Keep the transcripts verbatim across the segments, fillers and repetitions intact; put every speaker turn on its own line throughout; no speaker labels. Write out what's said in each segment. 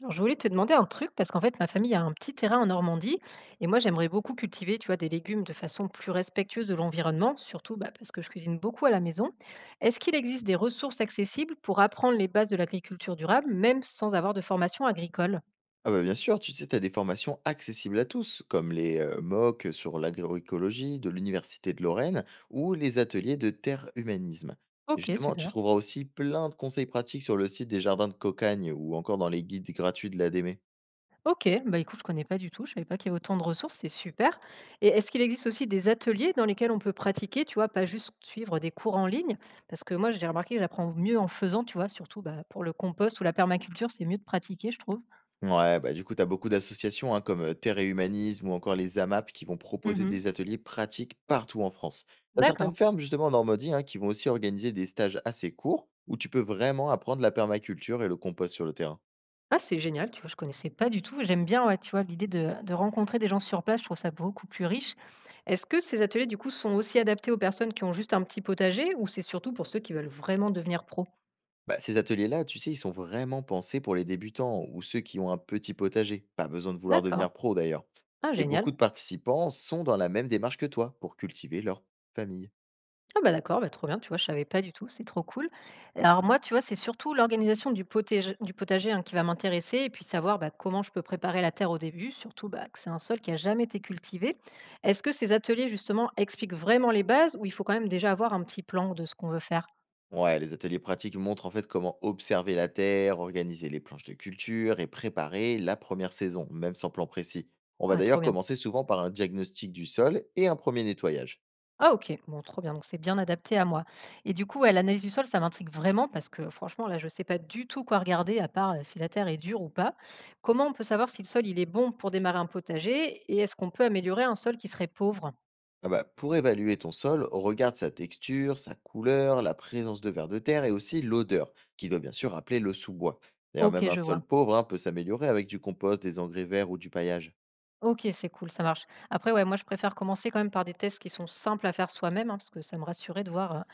Alors, je voulais te demander un truc parce qu'en fait, ma famille a un petit terrain en Normandie et moi, j'aimerais beaucoup cultiver, tu vois, des légumes de façon plus respectueuse de l'environnement, surtout bah, parce que je cuisine beaucoup à la maison. Est-ce qu'il existe des ressources accessibles pour apprendre les bases de l'agriculture durable, même sans avoir de formation agricole?
Ah bah, bien sûr, tu sais, tu as des formations accessibles à tous, comme les euh, MOOC sur l'agroécologie de l'Université de Lorraine ou les ateliers de terre humanisme. Et
Ok,
justement, tu
super.
trouveras aussi plein de conseils pratiques sur le site des jardins de Cocagne ou encore dans les guides gratuits de la l'A D M E.
OK, bah, écoute, je connais pas du tout, je savais pas qu'il y avait autant de ressources, c'est super, et est-ce qu'il existe aussi des ateliers dans lesquels on peut pratiquer, tu vois? Pas juste suivre des cours en ligne? Parce que moi, j'ai remarqué que j'apprends mieux en faisant, tu vois? Surtout, bah, pour le compost ou la permaculture, c'est mieux de pratiquer, je trouve.
Ouais, bah du coup, tu as beaucoup d'associations hein, comme euh, Terre et Humanisme ou encore les AMAP qui vont proposer
Mmh.
des ateliers pratiques partout en France. Tu as certaines
D'accord.
fermes, justement, en Normandie, hein, qui vont aussi organiser des stages assez courts où tu peux vraiment apprendre la permaculture et le compost sur le terrain.
Ah, c'est génial, tu vois? Je connaissais pas du tout, j'aime bien, ouais, tu vois, l'idée de de rencontrer des gens sur place, je trouve ça beaucoup plus riche. Est-ce que ces ateliers, du coup, sont aussi adaptés aux personnes qui ont juste un petit potager ou c'est surtout pour ceux qui veulent vraiment devenir pro?
Bah, ces ateliers-là, tu sais, ils sont vraiment pensés pour les débutants ou ceux qui ont un petit potager. Pas besoin de vouloir
D'accord.
devenir pro d'ailleurs.
Ah
Et beaucoup
génial.
de participants sont dans la même démarche que toi pour cultiver leur famille.
Ah bah, d'accord, bah, trop bien, tu vois? Je savais pas du tout, c'est trop cool. Alors moi, tu vois, c'est surtout l'organisation du potég du potager, hein, qui va m'intéresser et puis savoir, bah, comment je peux préparer la terre au début, surtout, bah, que c'est un sol qui a jamais été cultivé. Est-ce que ces ateliers, justement, expliquent vraiment les bases ou il faut quand même déjà avoir un petit plan de ce qu'on veut faire?
Ouais, les ateliers pratiques montrent en fait comment observer la terre, organiser les planches de culture et préparer la première saison, même sans plan précis. On va
Ah, trop
d'ailleurs
bien.
commencer souvent par un diagnostic du sol et un premier nettoyage.
Ah OK, bon trop bien, donc c'est bien adapté à moi, et du coup, ouais, l'analyse du sol, ça m'intrigue vraiment parce que franchement, là, je ne sais pas du tout quoi regarder à part, heu, si la terre est dure ou pas. Comment on peut savoir si le sol, il est bon pour démarrer un potager, et est-ce qu'on peut améliorer un sol qui serait pauvre?
Ah bah, pour évaluer ton sol, regarde sa texture, sa couleur, la présence de vers de terre et aussi l'odeur, qui doit bien sûr rappeler le sous-bois. D'ailleurs,
OK,
même un
je vois.
sol pauvre hein, peut s'améliorer avec du compost, des engrais verts ou du paillage.
OK, c'est cool, ça marche. Après, ouais, moi, je préfère commencer quand même par des tests qui sont simples à faire soi-même, hein, parce que ça me rassurait de voir, heu,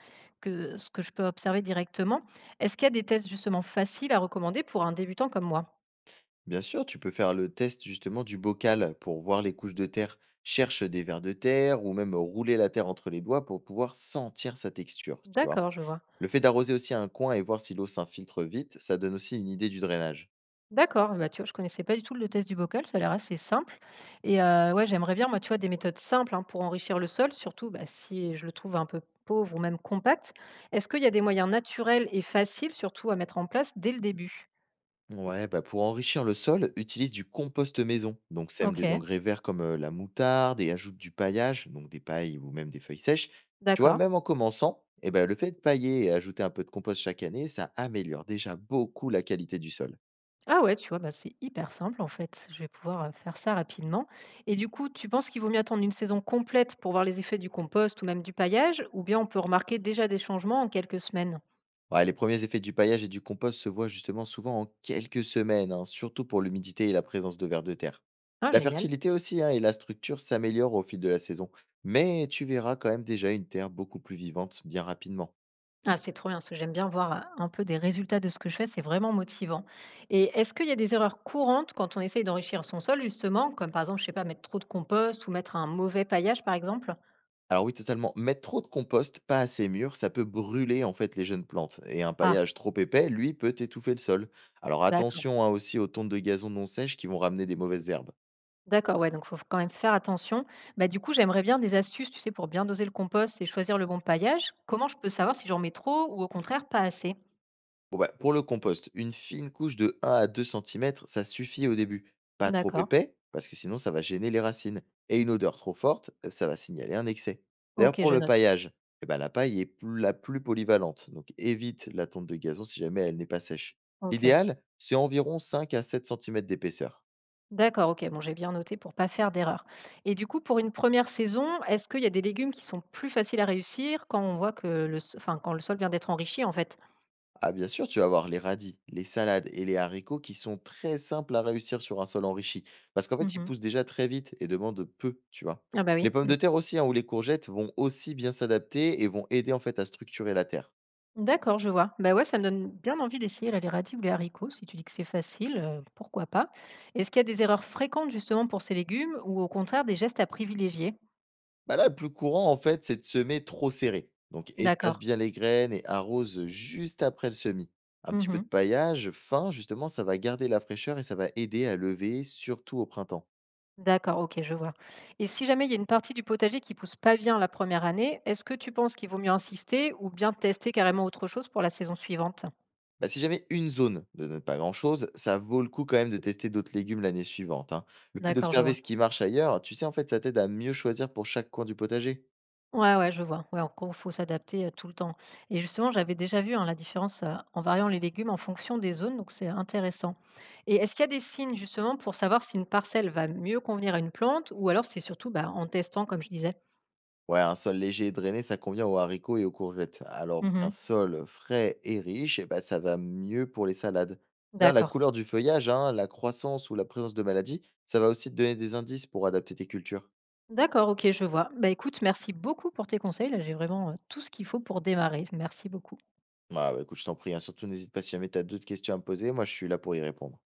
que ce que je peux observer directement. Est-ce qu'il y a des tests justement faciles à recommander pour un débutant comme moi?
Bien sûr, tu peux faire le test justement du bocal pour voir les couches de terre. Cherche des vers de terre ou même rouler la terre entre les doigts pour pouvoir sentir sa texture, tu vois.
D'accord, je vois.
Le fait d'arroser aussi un coin et voir si l'eau s'infiltre vite, ça donne aussi une idée du drainage.
D'accord, bah, tu vois, je connaissais pas du tout le test du bocal, ça a l'air assez simple. Et heu, ouais, j'aimerais bien, moi, tu vois, des méthodes simples, hein, pour enrichir le sol, surtout, bah, si je le trouve un peu pauvre ou même compact. Est-ce qu'il y a des moyens naturels et faciles, surtout, à mettre en place dès le début?
Ouais, bah pour enrichir le sol, utilise du compost maison. Donc sème des
OK,
engrais verts comme euh, la moutarde et ajoute du paillage, donc des pailles ou même des feuilles sèches. Tu vois,
d'accord.
même en commençant, eh ben, le fait de pailler et ajouter un peu de compost chaque année, ça améliore déjà beaucoup la qualité du sol.
Ah ouais, tu vois, bah, c'est hyper simple, en fait. Je vais pouvoir, heu, faire ça rapidement. Et du coup, tu penses qu'il vaut mieux attendre une saison complète pour voir les effets du compost ou même du paillage, ou bien on peut remarquer déjà des changements en quelques semaines?
Ouais, les premiers effets du paillage et du compost se voient justement souvent en quelques semaines, hein, surtout pour l'humidité et la présence de vers de terre.
Ah,
La
génial.
fertilité aussi hein, et la structure s'améliorent au fil de la saison, mais tu verras quand même déjà une terre beaucoup plus vivante bien rapidement.
Ah, c'est trop bien, parce que j'aime bien voir, heu, un peu des résultats de ce que je fais, c'est vraiment motivant, et est-ce qu'il y a des erreurs courantes quand on essaye d'enrichir son sol justement, comme par exemple, je sais pas, mettre trop de compost ou mettre un mauvais paillage, par exemple?
Alors oui, totalement. Mettre trop de compost, pas assez mûr, ça peut brûler en fait les jeunes plantes. Et un
Ah,
paillage trop épais, lui, peut étouffer le sol. Alors
d'accord,
attention hein, aussi aux tontes de gazon non sèches qui vont ramener des mauvaises herbes.
d'accord, ouais, donc il faut quand même faire attention. Bah, du coup, j'aimerais bien des astuces, tu sais, pour bien doser le compost et choisir le bon paillage. Comment je peux savoir si j'en mets trop ou au contraire pas assez?
Bon bah, pour le compost, une fine couche de un à deux centimètres, ça suffit au début. Pas trop
D'accord.
épais, parce que sinon ça va gêner les racines. Et une odeur trop forte, euh, ça va signaler un excès. D'ailleurs,
OK,
pour
je
le
note.
paillage, eh ben, la paille est plus- la plus polyvalente, donc évite la tonte de gazon si jamais elle n'est pas sèche.
OK.
L'idéal, c'est environ cinq à sept centimètres d'épaisseur.
D'accord, OK, bon j'ai bien noté pour pas faire d'erreur. Et du coup, pour une première saison, est-ce qu'il y a des légumes qui sont plus faciles à réussir quand on voit que le s enfin, quand le sol vient d'être enrichi, en fait?
Ah bien sûr, tu vas avoir les radis, les salades et les haricots qui sont très simples à réussir sur un sol enrichi, parce qu'en fait, ils
Mmh.
poussent déjà très vite et demandent peu, tu vois.
Ah bah oui,
Les pommes
mmh.
de terre aussi, hein, ou les courgettes vont aussi bien s'adapter et vont aider en fait à structurer la terre.
D'accord, je vois. Bah ouais, ça me donne bien envie d'essayer là, les radis ou les haricots. Si tu dis que c'est facile, heu, pourquoi pas? Est-ce qu'il y a des erreurs fréquentes justement pour ces légumes ou au contraire des gestes à privilégier?
Bah là, le plus courant en fait, c'est de semer trop serré. Donc espace
D'accord.
bien les graines et arrose juste après le semis. Un petit peu de
Mmh.
paillage fin, justement, ça va garder la fraîcheur et ça va aider à lever, surtout au printemps.
D'accord, OK, je vois. Et si jamais il y a une partie du potager qui pousse pas bien la première année, est-ce que tu penses qu'il vaut mieux insister ou bien tester carrément autre chose pour la saison suivante?
Bah, si jamais une zone ne donne pas grand-chose, ça vaut le coup quand même de tester d'autres légumes l'année suivante, hein. Le fait
D'accord, je
d'observer
vois.
ce qui marche ailleurs, tu sais, en fait, ça t'aide à mieux choisir pour chaque coin du potager.
Ouais, ouais, je vois. Ouais, en gros, faut s'adapter, heu, tout le temps. Et justement, j'avais déjà vu, hein, la différence, heu, en variant les légumes en fonction des zones, donc c'est intéressant. Et est-ce qu'il y a des signes justement pour savoir si une parcelle va mieux convenir à une plante ou alors c'est surtout, bah, en testant comme je disais?
Ouais, un sol léger et drainé, ça convient aux haricots et aux courgettes, alors qu'un
Mmh.
sol frais et riche, eh ben, ça va mieux pour les salades. D'ailleurs, la
D'accord.
couleur du feuillage, hein, la croissance ou la présence de maladies, ça va aussi te donner des indices pour adapter tes cultures.
D'accord, OK, je vois. Bah, écoute, merci beaucoup pour tes conseils. Là, j'ai vraiment, heu, tout ce qu'il faut pour démarrer. Merci beaucoup.
Ah, bah, écoute, je t'en prie, hein, surtout n'hésite pas si jamais tu as d'autres questions à me poser, moi je suis là pour y répondre.